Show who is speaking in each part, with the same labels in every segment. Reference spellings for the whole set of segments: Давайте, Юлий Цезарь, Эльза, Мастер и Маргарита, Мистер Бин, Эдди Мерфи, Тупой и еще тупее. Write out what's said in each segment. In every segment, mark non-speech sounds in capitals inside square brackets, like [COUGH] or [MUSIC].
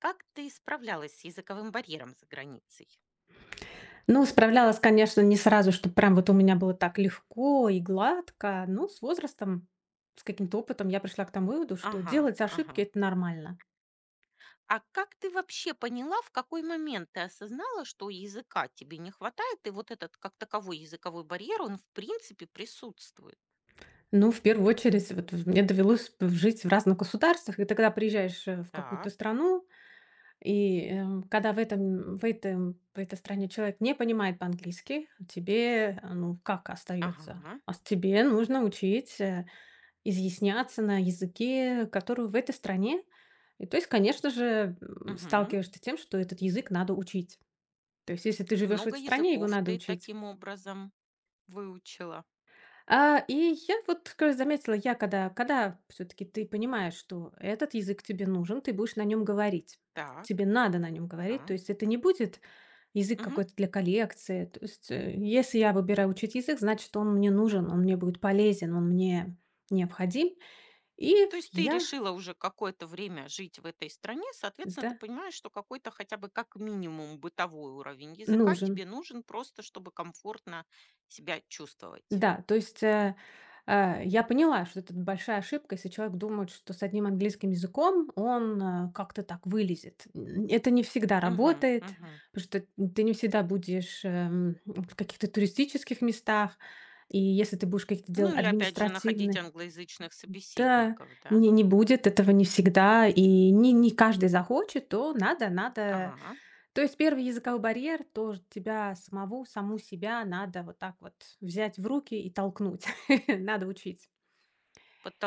Speaker 1: Как ты справлялась с языковым барьером за границей?
Speaker 2: Ну, справлялась, конечно, не сразу, чтобы прям вот у меня было так легко и гладко, но с возрастом, с каким-то опытом я пришла к тому выводу, что
Speaker 1: Ага,
Speaker 2: делать
Speaker 1: ага.
Speaker 2: ошибки — это нормально.
Speaker 1: А как ты вообще поняла, в какой момент ты осознала, что языка тебе не хватает, и вот этот как таковой языковой барьер, он в принципе присутствует?
Speaker 2: Ну, в первую очередь, вот в мне довелось п жить в разных государствах, и тогда приезжаешь, в какую-то
Speaker 1: Так,
Speaker 2: страну, и, когда в этой стране человек не понимает по-английски, тебе, ну, как остается?
Speaker 1: ага,
Speaker 2: Ас тебе нужно учить, изъясняться на языке, который в этой стране. И то есть, конечно же,
Speaker 1: угу.
Speaker 2: сталкиваешься с тем, что этот язык надо учить. То есть, если ты живешь в
Speaker 1: Много
Speaker 2: этой стране, его
Speaker 1: языков
Speaker 2: надо
Speaker 1: ты
Speaker 2: учить.
Speaker 1: таким образом выучила?
Speaker 2: А, и я вот как раз заметила, я когда все-таки ты понимаешь, что этот язык тебе нужен, ты будешь на нем говорить. Тебе
Speaker 1: Так,
Speaker 2: надо на нем
Speaker 1: да.
Speaker 2: говорить. То есть это не будет язык
Speaker 1: Мгм.
Speaker 2: какой-то для коллекции. То есть, если я выбираю учить язык, значит, он мне нужен, он мне будет полезен, он мне необходим. И
Speaker 1: То есть ты
Speaker 2: я,
Speaker 1: решила уже какое-то время жить в этой стране, соответственно, ты
Speaker 2: да,
Speaker 1: понимаешь, что какой-то хотя бы как минимум бытовой уровень языка
Speaker 2: нужен.
Speaker 1: тебе нужен просто, чтобы комфортно себя чувствовать.
Speaker 2: Да, то есть, я поняла, что это большая ошибка, если человек думает, что с одним английским языком он, как-то так вылезет. Н Это не всегда
Speaker 1: Мгм,
Speaker 2: работает,
Speaker 1: мгм.
Speaker 2: потому что ты не всегда будешь, в каких-то туристических местах, и если ты будешь какие-то делать
Speaker 1: Ну или опять же находить
Speaker 2: административные.
Speaker 1: англоязычных
Speaker 2: Да,
Speaker 1: собеседников, да?
Speaker 2: не будет этого не всегда, и не каждый захочет, то надо.
Speaker 1: Ага.
Speaker 2: То есть первый языковой барьер тоже тебя самого, саму себя надо вот так вот взять в руки и толкнуть. [LAUGHS] Надо учить.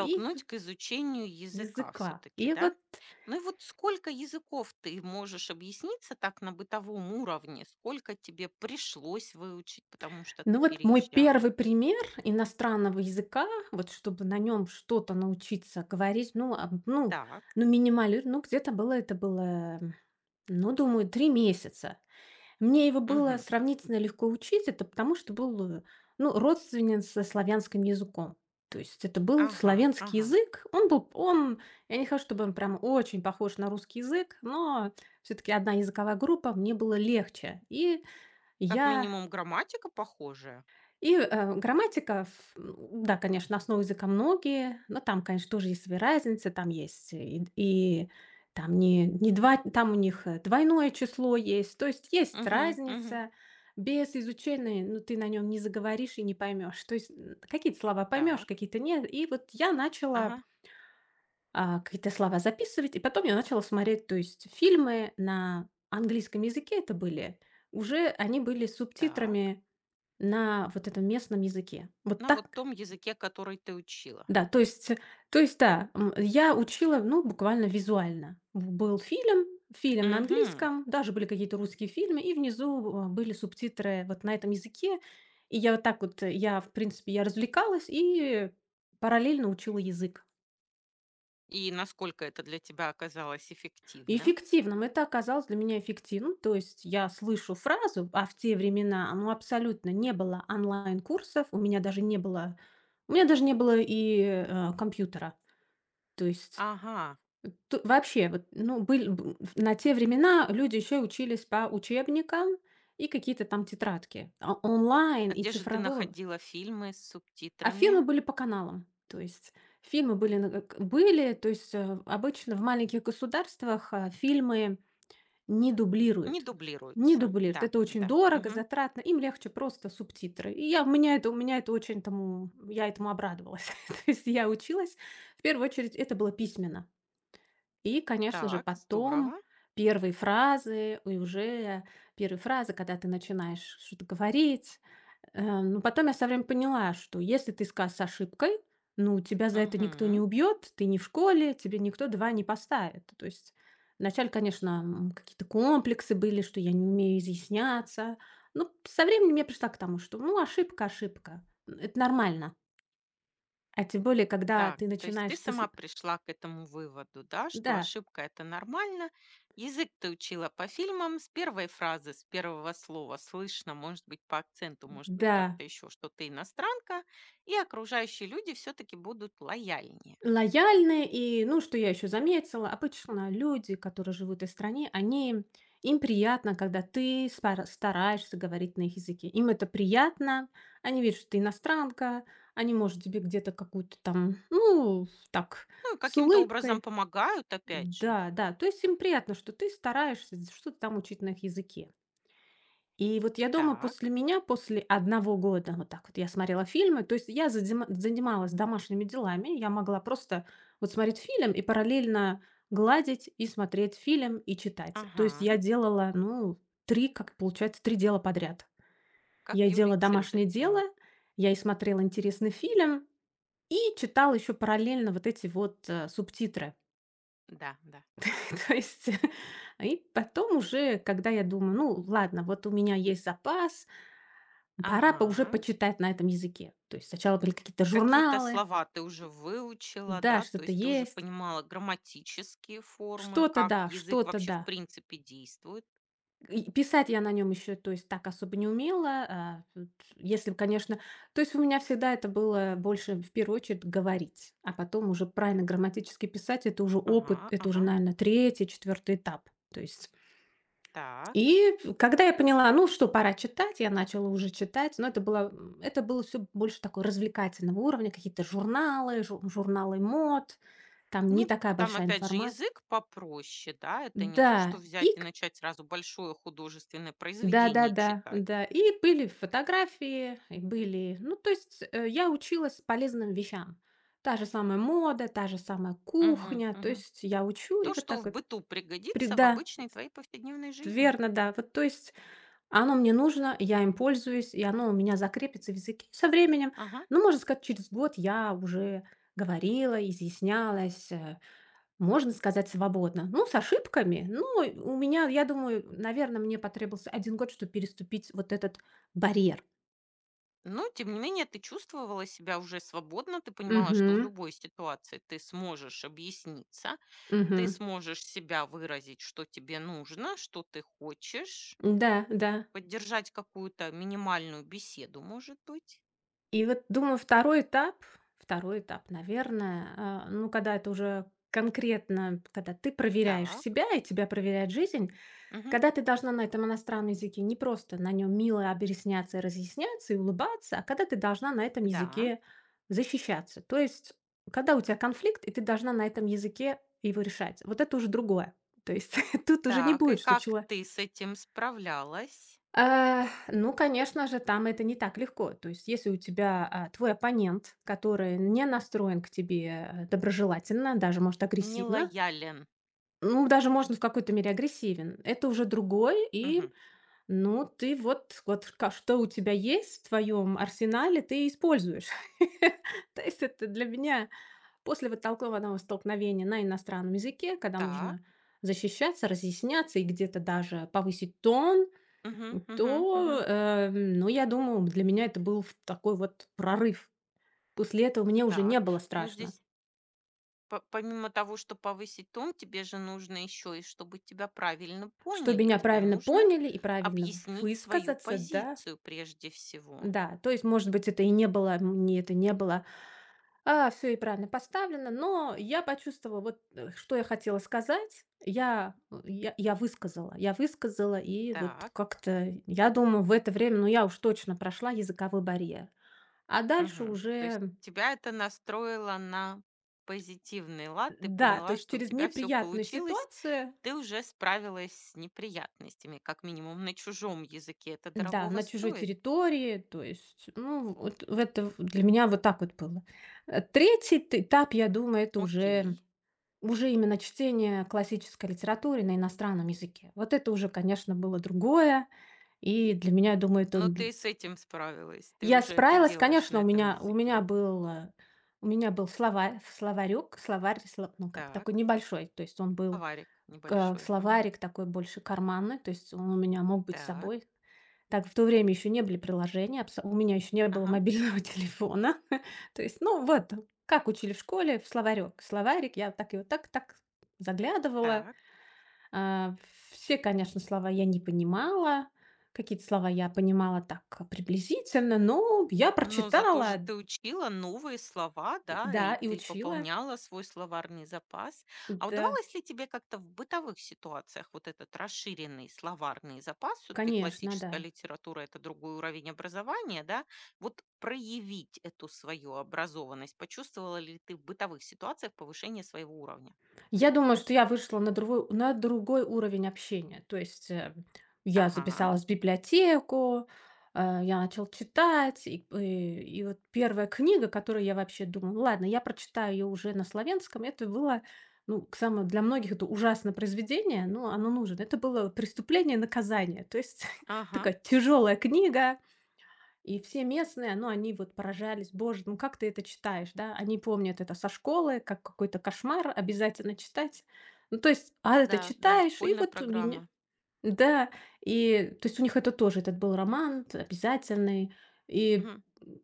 Speaker 2: И
Speaker 1: к изучению языка
Speaker 2: языка.
Speaker 1: все-таки,
Speaker 2: И
Speaker 1: да?
Speaker 2: вот,
Speaker 1: Ну и вот сколько языков ты можешь объясниться так на бытовом уровне? Сколько тебе пришлось выучить, потому что ты
Speaker 2: ну вот мой первый
Speaker 1: переезжала?
Speaker 2: пример иностранного языка, вот чтобы на нем что-то научиться говорить, ну, а, ну,
Speaker 1: Так.
Speaker 2: ну минимали ну, где-то было это было, ну, думаю, 3 месяца. Мне его было
Speaker 1: Мгм.
Speaker 2: сравнительно легко учить. Это потому, что был, родственен со славянским языком. То есть это был
Speaker 1: Ага,
Speaker 2: славянский
Speaker 1: ага.
Speaker 2: язык. Он был он Я не хочу, чтобы он прям очень похож на русский язык, но все таки одна языковая группа, мне было легче. И
Speaker 1: Как
Speaker 2: я
Speaker 1: минимум грамматика похожая.
Speaker 2: грамматика, ф да, конечно, основу языка многие, но там, конечно, тоже есть свои разницы. Там есть и там не два, там у них, двойное число есть. То есть есть
Speaker 1: Угу, угу.
Speaker 2: разница. Без изучения, ну, ты на нем не заговоришь и не поймешь. То есть, какие-то слова поймешь,
Speaker 1: Так.
Speaker 2: какие-то нет. И вот я начала,
Speaker 1: Ага,
Speaker 2: какие-то слова записывать, и потом я начала смотреть, то есть фильмы на английском языке это были. Уже они были с
Speaker 1: так.
Speaker 2: субтитрами. На вот этом местном языке. Вот
Speaker 1: На вот
Speaker 2: так?
Speaker 1: том языке, который ты учила.
Speaker 2: Да, то есть, да, я учила, ну, буквально визуально. Фильм на
Speaker 1: Угу.
Speaker 2: английском, даже были какие-то русские фильмы, и внизу, были субтитры вот на этом языке. И я вот так вот, я, в принципе, я развлекалась и параллельно учила язык.
Speaker 1: И насколько это для тебя оказалось эффективным?
Speaker 2: Эффективным. Это оказалось для меня эффективным. То есть я слышу фразу, а в те времена, ну, абсолютно не было онлайн-курсов, у меня даже не было, у меня даже не было и э, компьютера. То есть
Speaker 1: Ага.
Speaker 2: вообще, вот, ну, были, на те времена люди еще учились по учебникам и какие-то там тетрадки. А онлайн
Speaker 1: А
Speaker 2: и
Speaker 1: где же ты
Speaker 2: цифрового.
Speaker 1: находила фильмы с
Speaker 2: А фильмы
Speaker 1: субтитрами?
Speaker 2: были по каналам. То есть фильмы были, были, то есть обычно в маленьких государствах фильмы не
Speaker 1: Не
Speaker 2: дублирует. Не
Speaker 1: дублируются.
Speaker 2: дублирует.
Speaker 1: Да,
Speaker 2: Это очень
Speaker 1: да.
Speaker 2: дорого,
Speaker 1: Угу.
Speaker 2: затратно. Им легче просто субтитры. И я, у меня это очень тому, я этому обрадовалась. [LAUGHS] То есть я училась. В первую очередь это было письменно. И, конечно же,
Speaker 1: Так,
Speaker 2: потом
Speaker 1: здорово.
Speaker 2: первые фразы, и уже первые фразы, когда ты начинаешь что-то говорить. Э, но потом я со временем поняла, что если ты сказ с ошибкой, ну, тебя за это никто не
Speaker 1: Угу.
Speaker 2: убьет, ты не в школе, тебе никто 2 не поставит. То есть вначале, конечно, какие-то комплексы были, что я не умею изъясняться. Ну, со временем я пришла к тому, что, ну, ошибка, ошибка. Это нормально. А тем более, когда
Speaker 1: Так,
Speaker 2: ты
Speaker 1: то есть ты
Speaker 2: начинаешь, ты сл
Speaker 1: сама пришла к этому выводу, да, что
Speaker 2: да,
Speaker 1: ошибка — это нормально. Язык ты учила по фильмам, с первой фразы, с первого слова слышно, может быть, по акценту, может быть,
Speaker 2: да.
Speaker 1: как-то еще, что ты иностранка, и окружающие люди все-таки будут лояльнее.
Speaker 2: Лояльны и, ну, что я еще заметила, обычно люди, которые живут в этой стране, они им приятно, когда ты стараешься говорить на их языке. Им это приятно, они видят, что ты иностранка, они, может, тебе где-то какую-то там, ну, так,
Speaker 1: Ну, и
Speaker 2: с
Speaker 1: каким-то образом
Speaker 2: улыбкой.
Speaker 1: помогают, опять же.
Speaker 2: Да, да, то есть им приятно, что ты стараешься что-то там учить на их языке. И вот я думаю, после
Speaker 1: Так,
Speaker 2: меня, после 1 года, вот так вот я смотрела фильмы, то есть я задима занималась домашними делами, я могла просто вот смотреть фильм и параллельно гладить и смотреть фильм, и читать. То есть я
Speaker 1: ага,
Speaker 2: делала, ну, 3 дела подряд.
Speaker 1: как
Speaker 2: Я и
Speaker 1: Юлий
Speaker 2: делала
Speaker 1: Цезарь
Speaker 2: домашнее дело,
Speaker 1: прям.
Speaker 2: я и смотрела интересный фильм, и читала еще параллельно вот эти вот, субтитры.
Speaker 1: Да, да.
Speaker 2: [LAUGHS] То есть [LAUGHS] и потом уже, когда я думаю: «Ну ладно, вот у меня есть запас, пора бы уже
Speaker 1: Ага.
Speaker 2: почитать на этом языке». То есть сначала были какие-то
Speaker 1: Какие-то
Speaker 2: журналы,
Speaker 1: слова ты уже выучила,
Speaker 2: да,
Speaker 1: да, то
Speaker 2: что-то
Speaker 1: есть ты уже
Speaker 2: есть,
Speaker 1: понимала грамматические формы,
Speaker 2: что-то
Speaker 1: как
Speaker 2: да,
Speaker 1: язык
Speaker 2: что-то
Speaker 1: вообще в
Speaker 2: да.
Speaker 1: принципе действует.
Speaker 2: И писать я на нем еще, то есть так особо не умела. А, тут Если, б, конечно, то есть у меня всегда это было больше в первую очередь говорить, а потом уже правильно грамматически писать, это уже
Speaker 1: Ага,
Speaker 2: опыт, это уже,
Speaker 1: ага,
Speaker 2: наверное, третий, четвертый этап. То есть
Speaker 1: так.
Speaker 2: и когда я поняла, ну что, пора читать, я начала уже читать, но это было, это было все больше такого развлекательного уровня, какие-то журналы, жу журналы мод, там не
Speaker 1: Ну,
Speaker 2: такая
Speaker 1: там
Speaker 2: большая
Speaker 1: опять же
Speaker 2: информация.
Speaker 1: язык попроще, да, это не то, что
Speaker 2: Да, и
Speaker 1: взять и
Speaker 2: к
Speaker 1: начать сразу большое художественное
Speaker 2: да-да-да,
Speaker 1: произведение
Speaker 2: да, да,
Speaker 1: читать.
Speaker 2: да. и были фотографии, и были, ну, то есть, я училась полезным вещам. Та же самая мода, та же самая
Speaker 1: Мгм,
Speaker 2: кухня, то
Speaker 1: мгм.
Speaker 2: есть я учу и
Speaker 1: То,
Speaker 2: вот
Speaker 1: что
Speaker 2: так
Speaker 1: в
Speaker 2: вот
Speaker 1: быту
Speaker 2: при
Speaker 1: пригодится в
Speaker 2: да,
Speaker 1: обычной твоей повседневной жизни.
Speaker 2: верно, да. Вот то есть оно мне нужно, я им пользуюсь, и оно у меня закрепится в языке со временем.
Speaker 1: Ага.
Speaker 2: Ну, можно сказать, через год я уже говорила, изъяснялась, можно сказать, свободно. Ну, с ошибками. Ну, и у меня, я думаю, наверное, мне потребовался 1 год, чтобы переступить вот этот барьер.
Speaker 1: Но, тем не менее, ты чувствовала себя уже свободно, ты понимала, что в
Speaker 2: Угу,
Speaker 1: любой ситуации ты сможешь объясниться. Ты
Speaker 2: угу,
Speaker 1: сможешь себя выразить, что тебе нужно, что ты хочешь,
Speaker 2: да, да.
Speaker 1: поддержать какую-то минимальную беседу, может быть.
Speaker 2: И вот, думаю, второй этап, наверное, ну, когда это уже конкретно, когда ты проверяешь
Speaker 1: Так,
Speaker 2: себя и тебя проверяет жизнь.
Speaker 1: мгм,
Speaker 2: Когда ты должна на этом иностранном языке не просто на нем мило объясняться и разъясняться и улыбаться, а когда ты должна на этом
Speaker 1: да,
Speaker 2: языке защищаться. То есть, когда у тебя конфликт, и ты должна на этом языке его решать. Вот это уже другое. То есть [LAUGHS] тут уже не
Speaker 1: так, и
Speaker 2: будет, что
Speaker 1: как
Speaker 2: человек.
Speaker 1: ты с этим справлялась?
Speaker 2: Э, ну, конечно же, там это не так легко. То есть, если у тебя твой оппонент, который не настроен к тебе доброжелательно, даже, может, агрессивно,
Speaker 1: Нелоялен.
Speaker 2: ну, даже, можно в какой-то мере агрессивен, это уже другой, и
Speaker 1: Мгм.
Speaker 2: ну, ты вот вот ка что у тебя есть в твоем арсенале, ты используешь. [LAUGHS] То есть это для меня после вот толкованного столкновения на иностранном языке, когда
Speaker 1: Так,
Speaker 2: нужно защищаться, разъясняться и где-то даже повысить тон,
Speaker 1: мгм, мгм,
Speaker 2: то,
Speaker 1: мгм,
Speaker 2: э, ну, я думаю, для меня это был в такой вот прорыв. После этого мне уже не
Speaker 1: так.
Speaker 2: было
Speaker 1: Ну,
Speaker 2: страшно,
Speaker 1: здесь помимо того, что повысить тон, тебе же нужно еще и чтобы тебя правильно
Speaker 2: что
Speaker 1: поняли.
Speaker 2: меня
Speaker 1: Тебе
Speaker 2: правильно
Speaker 1: нужно
Speaker 2: поняли и правильно
Speaker 1: объяснить свою
Speaker 2: высказаться, да.
Speaker 1: позицию прежде всего.
Speaker 2: Да, то есть, может быть, это и не было, мне это не было а, все и правильно поставлено, но я почувствовала, вот, что я хотела сказать. Я, я высказала, и вот
Speaker 1: Так.
Speaker 2: как-то, я думаю, в это время, ну, я уж точно прошла языковой барьер. А дальше
Speaker 1: Мгм. То есть
Speaker 2: уже,
Speaker 1: тебя это настроило на позитивный лад. Ты
Speaker 2: да, то
Speaker 1: поняла,
Speaker 2: есть
Speaker 1: что у
Speaker 2: через
Speaker 1: тебя все
Speaker 2: неприятную
Speaker 1: получилось.
Speaker 2: ситуацию,
Speaker 1: Ты уже справилась с неприятностями, как минимум на чужом языке. Это
Speaker 2: да,
Speaker 1: дорогого
Speaker 2: на чужой
Speaker 1: стоит.
Speaker 2: территории, то есть, ну, вот в это для меня вот так вот было. Э, 3 т этап, я думаю, это
Speaker 1: Окей.
Speaker 2: уже Уже именно чтение классической литературы на иностранном языке. Вот это уже, конечно, было другое. И для меня, я думаю, это
Speaker 1: Но
Speaker 2: д
Speaker 1: ты с этим справилась. Ты
Speaker 2: я
Speaker 1: уже это
Speaker 2: справилась.
Speaker 1: делаешь
Speaker 2: Конечно,
Speaker 1: на
Speaker 2: у
Speaker 1: этом
Speaker 2: меня у меня
Speaker 1: языке.
Speaker 2: был, у меня был словарь словарек словарь, сло ну, как
Speaker 1: Так.
Speaker 2: такой небольшой. То есть он был
Speaker 1: Аварик
Speaker 2: к
Speaker 1: небольшой. Мгм.
Speaker 2: словарик такой больше карманный, то есть он у меня мог быть с
Speaker 1: Так.
Speaker 2: собой. Так, в то время еще не были приложения, абсо у меня еще не было
Speaker 1: Ага.
Speaker 2: мобильного [LAUGHS] телефона. [LAUGHS] То есть, ну, вот как учили в школе, в словарек. Словарик, я так и вот так, так заглядывала.
Speaker 1: Так.
Speaker 2: А, все, конечно, слова я не понимала. Какие-то слова я понимала так приблизительно, но я
Speaker 1: Но зато же
Speaker 2: прочитала,
Speaker 1: ты учила новые слова, да, и
Speaker 2: да, и
Speaker 1: ты
Speaker 2: учила.
Speaker 1: пополняла свой словарный запас. А
Speaker 2: Да,
Speaker 1: удавалось ли тебе как-то в бытовых ситуациях вот этот расширенный словарный запас, все-таки
Speaker 2: конечно,
Speaker 1: классическая
Speaker 2: да.
Speaker 1: литература – это другой уровень образования, да, вот проявить эту свою образованность? Почувствовала ли ты в бытовых ситуациях повышение своего уровня?
Speaker 2: Я думаю, что я вышла на другой уровень общения. То есть я
Speaker 1: Ага,
Speaker 2: записалась в библиотеку, я начала читать, и, и вот первая книга, которую я вообще думала, ладно, я прочитаю ее уже на славянском, это было, ну, для многих это ужасное произведение, но оно нужно. Это было «Преступление и наказание». То есть [LAUGHS]
Speaker 1: ага,
Speaker 2: такая тяжелая книга, и все местные, ну, они вот поражались: «Боже, ну как ты это читаешь?» Да, они помнят это со школы, как какой-то кошмар, обязательно читать. Ну, то есть, а это
Speaker 1: да, да,
Speaker 2: читаешь, и
Speaker 1: школьная
Speaker 2: вот у меня
Speaker 1: программа.
Speaker 2: да, и то есть у них это тоже, этот был роман т обязательный. И,
Speaker 1: Мгм.
Speaker 2: м,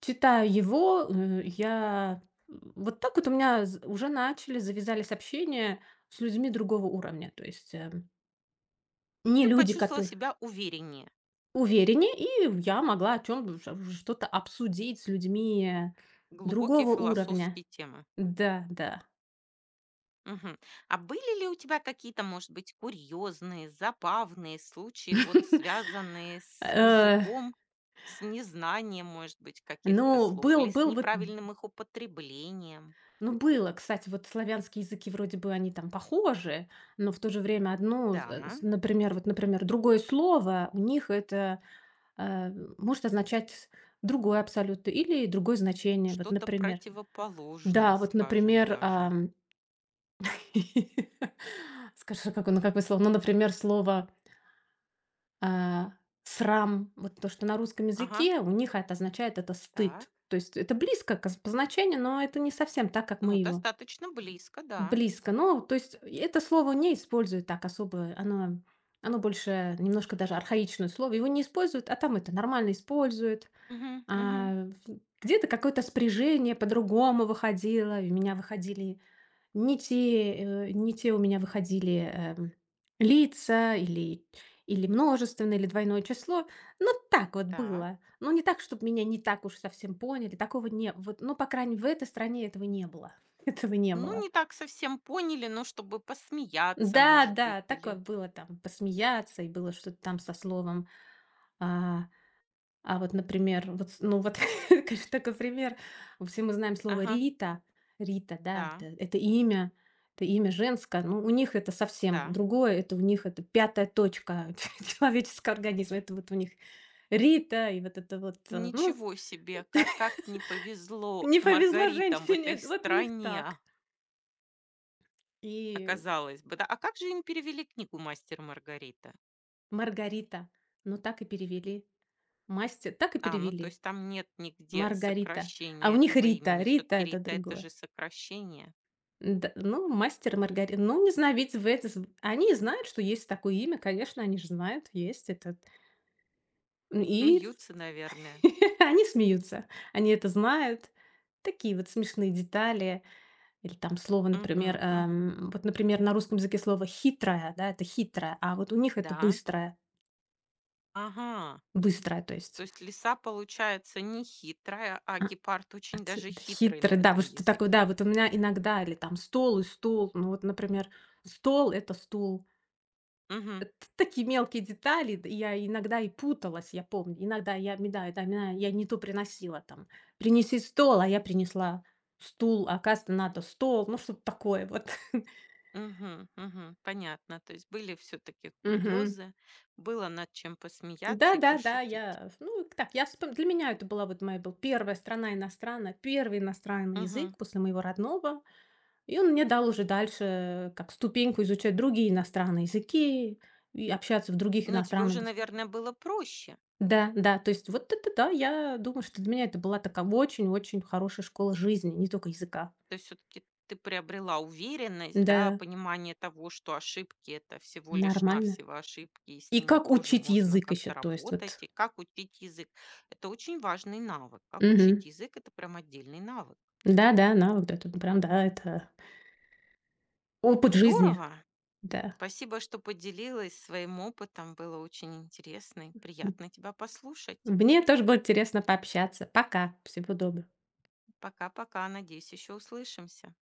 Speaker 2: читая его, я вот так вот у меня з уже начали, завязались общения с людьми другого уровня. То есть, не
Speaker 1: Ты
Speaker 2: люди,
Speaker 1: почувствовала
Speaker 2: которые
Speaker 1: себя увереннее,
Speaker 2: увереннее, и я могла о чем что-то обсудить с людьми,
Speaker 1: глубокие
Speaker 2: другого уровня.
Speaker 1: философские темы.
Speaker 2: Да, да.
Speaker 1: Мгм. А были ли у тебя какие-то, может быть, курьезные, забавные случаи, вот связанные
Speaker 2: [LAUGHS]
Speaker 1: с
Speaker 2: Э,
Speaker 1: языком, с незнанием, может быть, каких-то
Speaker 2: ну,
Speaker 1: слов
Speaker 2: был
Speaker 1: или с
Speaker 2: был вот
Speaker 1: неправильным их употреблением?
Speaker 2: ну, было, кстати, вот славянские языки, вроде бы они там похожи, но в то же время одно, э, с
Speaker 1: Да,
Speaker 2: например, вот, например, другое слово у них это, э, может означать другое абсолютно или другое значение. Вот,
Speaker 1: что-то
Speaker 2: например,
Speaker 1: противоположное,
Speaker 2: да, вот,
Speaker 1: скажем
Speaker 2: например,
Speaker 1: даже.
Speaker 2: [LAUGHS] скажи, какое ну, какое слово? Ну, например, слово А, срам, вот то, что на русском
Speaker 1: Ага,
Speaker 2: языке у них это означает это
Speaker 1: так.
Speaker 2: стыд. То есть это близко к по значению, но это не совсем так, как мы
Speaker 1: Ну,
Speaker 2: его.
Speaker 1: достаточно близко, да.
Speaker 2: Близко. Ну, то есть это слово не используют так особо. Оно, оно больше немножко даже архаичное слово. Его не используют, а там это нормально используют.
Speaker 1: Мгм, мгм.
Speaker 2: Где-то какое-то спряжение по-другому выходило. И у меня выходили не те, не те у меня выходили, лица или или множественное, или двойное число. Ну, так вот
Speaker 1: Так.
Speaker 2: было. Ну, не так, чтобы меня не так уж совсем поняли. Такого не вот, ну, по крайней мере, в этой стране этого не было. [LAUGHS] Этого не
Speaker 1: Ну,
Speaker 2: было.
Speaker 1: не так совсем поняли, но чтобы посмеяться,
Speaker 2: Да,
Speaker 1: может
Speaker 2: да,
Speaker 1: быть,
Speaker 2: такое
Speaker 1: или...
Speaker 2: было там посмеяться, и было что-то там со словом, а ну вот, [LAUGHS] конечно, такой пример. Все мы знаем слово
Speaker 1: Ага,
Speaker 2: Рита. Рита, да,
Speaker 1: да,
Speaker 2: это имя женское. Ну, у них это совсем
Speaker 1: да.
Speaker 2: другое. Это у них это пятая точка [LAUGHS] человеческого организма. Это вот у них Рита, и вот это вот, ну,
Speaker 1: Ничего себе,
Speaker 2: [LAUGHS]
Speaker 1: как не повезло
Speaker 2: не повезло
Speaker 1: Маргаритам в этой
Speaker 2: женщине, вот у них так.
Speaker 1: стране,
Speaker 2: И
Speaker 1: оказалось бы. Да? А как же им перевели книгу «Мастер и Маргарита»?
Speaker 2: Маргарита, ну так и перевели. Мастер, так и
Speaker 1: А, ну то
Speaker 2: перевели.
Speaker 1: есть там нет нигде
Speaker 2: Маргарита. А у
Speaker 1: сокращения
Speaker 2: них
Speaker 1: этого
Speaker 2: Рита,
Speaker 1: имени.
Speaker 2: Рита
Speaker 1: Все-таки
Speaker 2: это
Speaker 1: Рита — это
Speaker 2: другое.
Speaker 1: же сокращение.
Speaker 2: Д Ну, «Мастер и Маргарита». Ну, не знаю, ведь в это з они знают, что есть такое имя, конечно, они же знают, есть этот. И
Speaker 1: Смеются, наверное.
Speaker 2: [LAUGHS] они смеются. Они это знают. Такие вот смешные детали. Или там слово, например,
Speaker 1: Мгм, мгм.
Speaker 2: эм, вот, например, на русском языке слово «хитрая», да, это «хитрая», а вот у них это
Speaker 1: Да.
Speaker 2: «быстрая»,
Speaker 1: Ага.
Speaker 2: «быстрая», то
Speaker 1: То
Speaker 2: есть.
Speaker 1: есть лиса получается не хитрая, а
Speaker 2: А,
Speaker 1: гепард очень
Speaker 2: отсю
Speaker 1: даже
Speaker 2: да,
Speaker 1: хитрый на
Speaker 2: «хитрый», да, вот
Speaker 1: этом
Speaker 2: что такое, да,
Speaker 1: языке.
Speaker 2: вот у меня иногда или там «стол» и «стул». Ну вот, например, «стол» — это «стул».
Speaker 1: Мгм.
Speaker 2: Такие мелкие детали, д я иногда и путалась, я помню. Иногда я ми да, да, мя я не то приносила там. «Принеси стол», а я принесла стул, а оказывается, надо стол. Ну, что-то такое вот.
Speaker 1: Мгм, мгм. Понятно. То есть были все-таки
Speaker 2: [LAUGHS] Мгм.
Speaker 1: курьезы, было над чем посмеяться и
Speaker 2: Да-да-да,
Speaker 1: пошутить.
Speaker 2: я, ну, так, я вспом для меня это была вот моя был первая страна иностранная, первый иностранный
Speaker 1: Мгм.
Speaker 2: язык после моего родного. И он мне дал уже дальше, как ступеньку изучать другие иностранные языки и общаться в других
Speaker 1: Но тебе
Speaker 2: иностранных.
Speaker 1: уже, наверное, было проще.
Speaker 2: Да, да, то есть вот это да, я думаю, что для меня это была такая очень-очень хорошая школа жизни, не только языка.
Speaker 1: То есть все-таки ты приобрела уверенность, да,
Speaker 2: Да,
Speaker 1: понимание того, что ошибки — это всего лишь
Speaker 2: нормально.
Speaker 1: навсего ошибки, и с
Speaker 2: И
Speaker 1: ними
Speaker 2: как
Speaker 1: тоже
Speaker 2: учить
Speaker 1: можно
Speaker 2: язык еще,
Speaker 1: как-то
Speaker 2: то есть вот.
Speaker 1: работать. И как учить язык? Это очень важный навык. Как
Speaker 2: Мгм.
Speaker 1: учить язык? Это прям отдельный навык.
Speaker 2: Да-да, навык, да, тут прям, да, это опыт жизни,
Speaker 1: Здорово.
Speaker 2: да.
Speaker 1: Спасибо, что поделилась своим опытом. Было очень интересно и
Speaker 2: М.
Speaker 1: приятно тебя послушать.
Speaker 2: Мне тоже было интересно пообщаться. Пока, всего доброго.
Speaker 1: Пока-пока. Надеюсь, еще услышимся.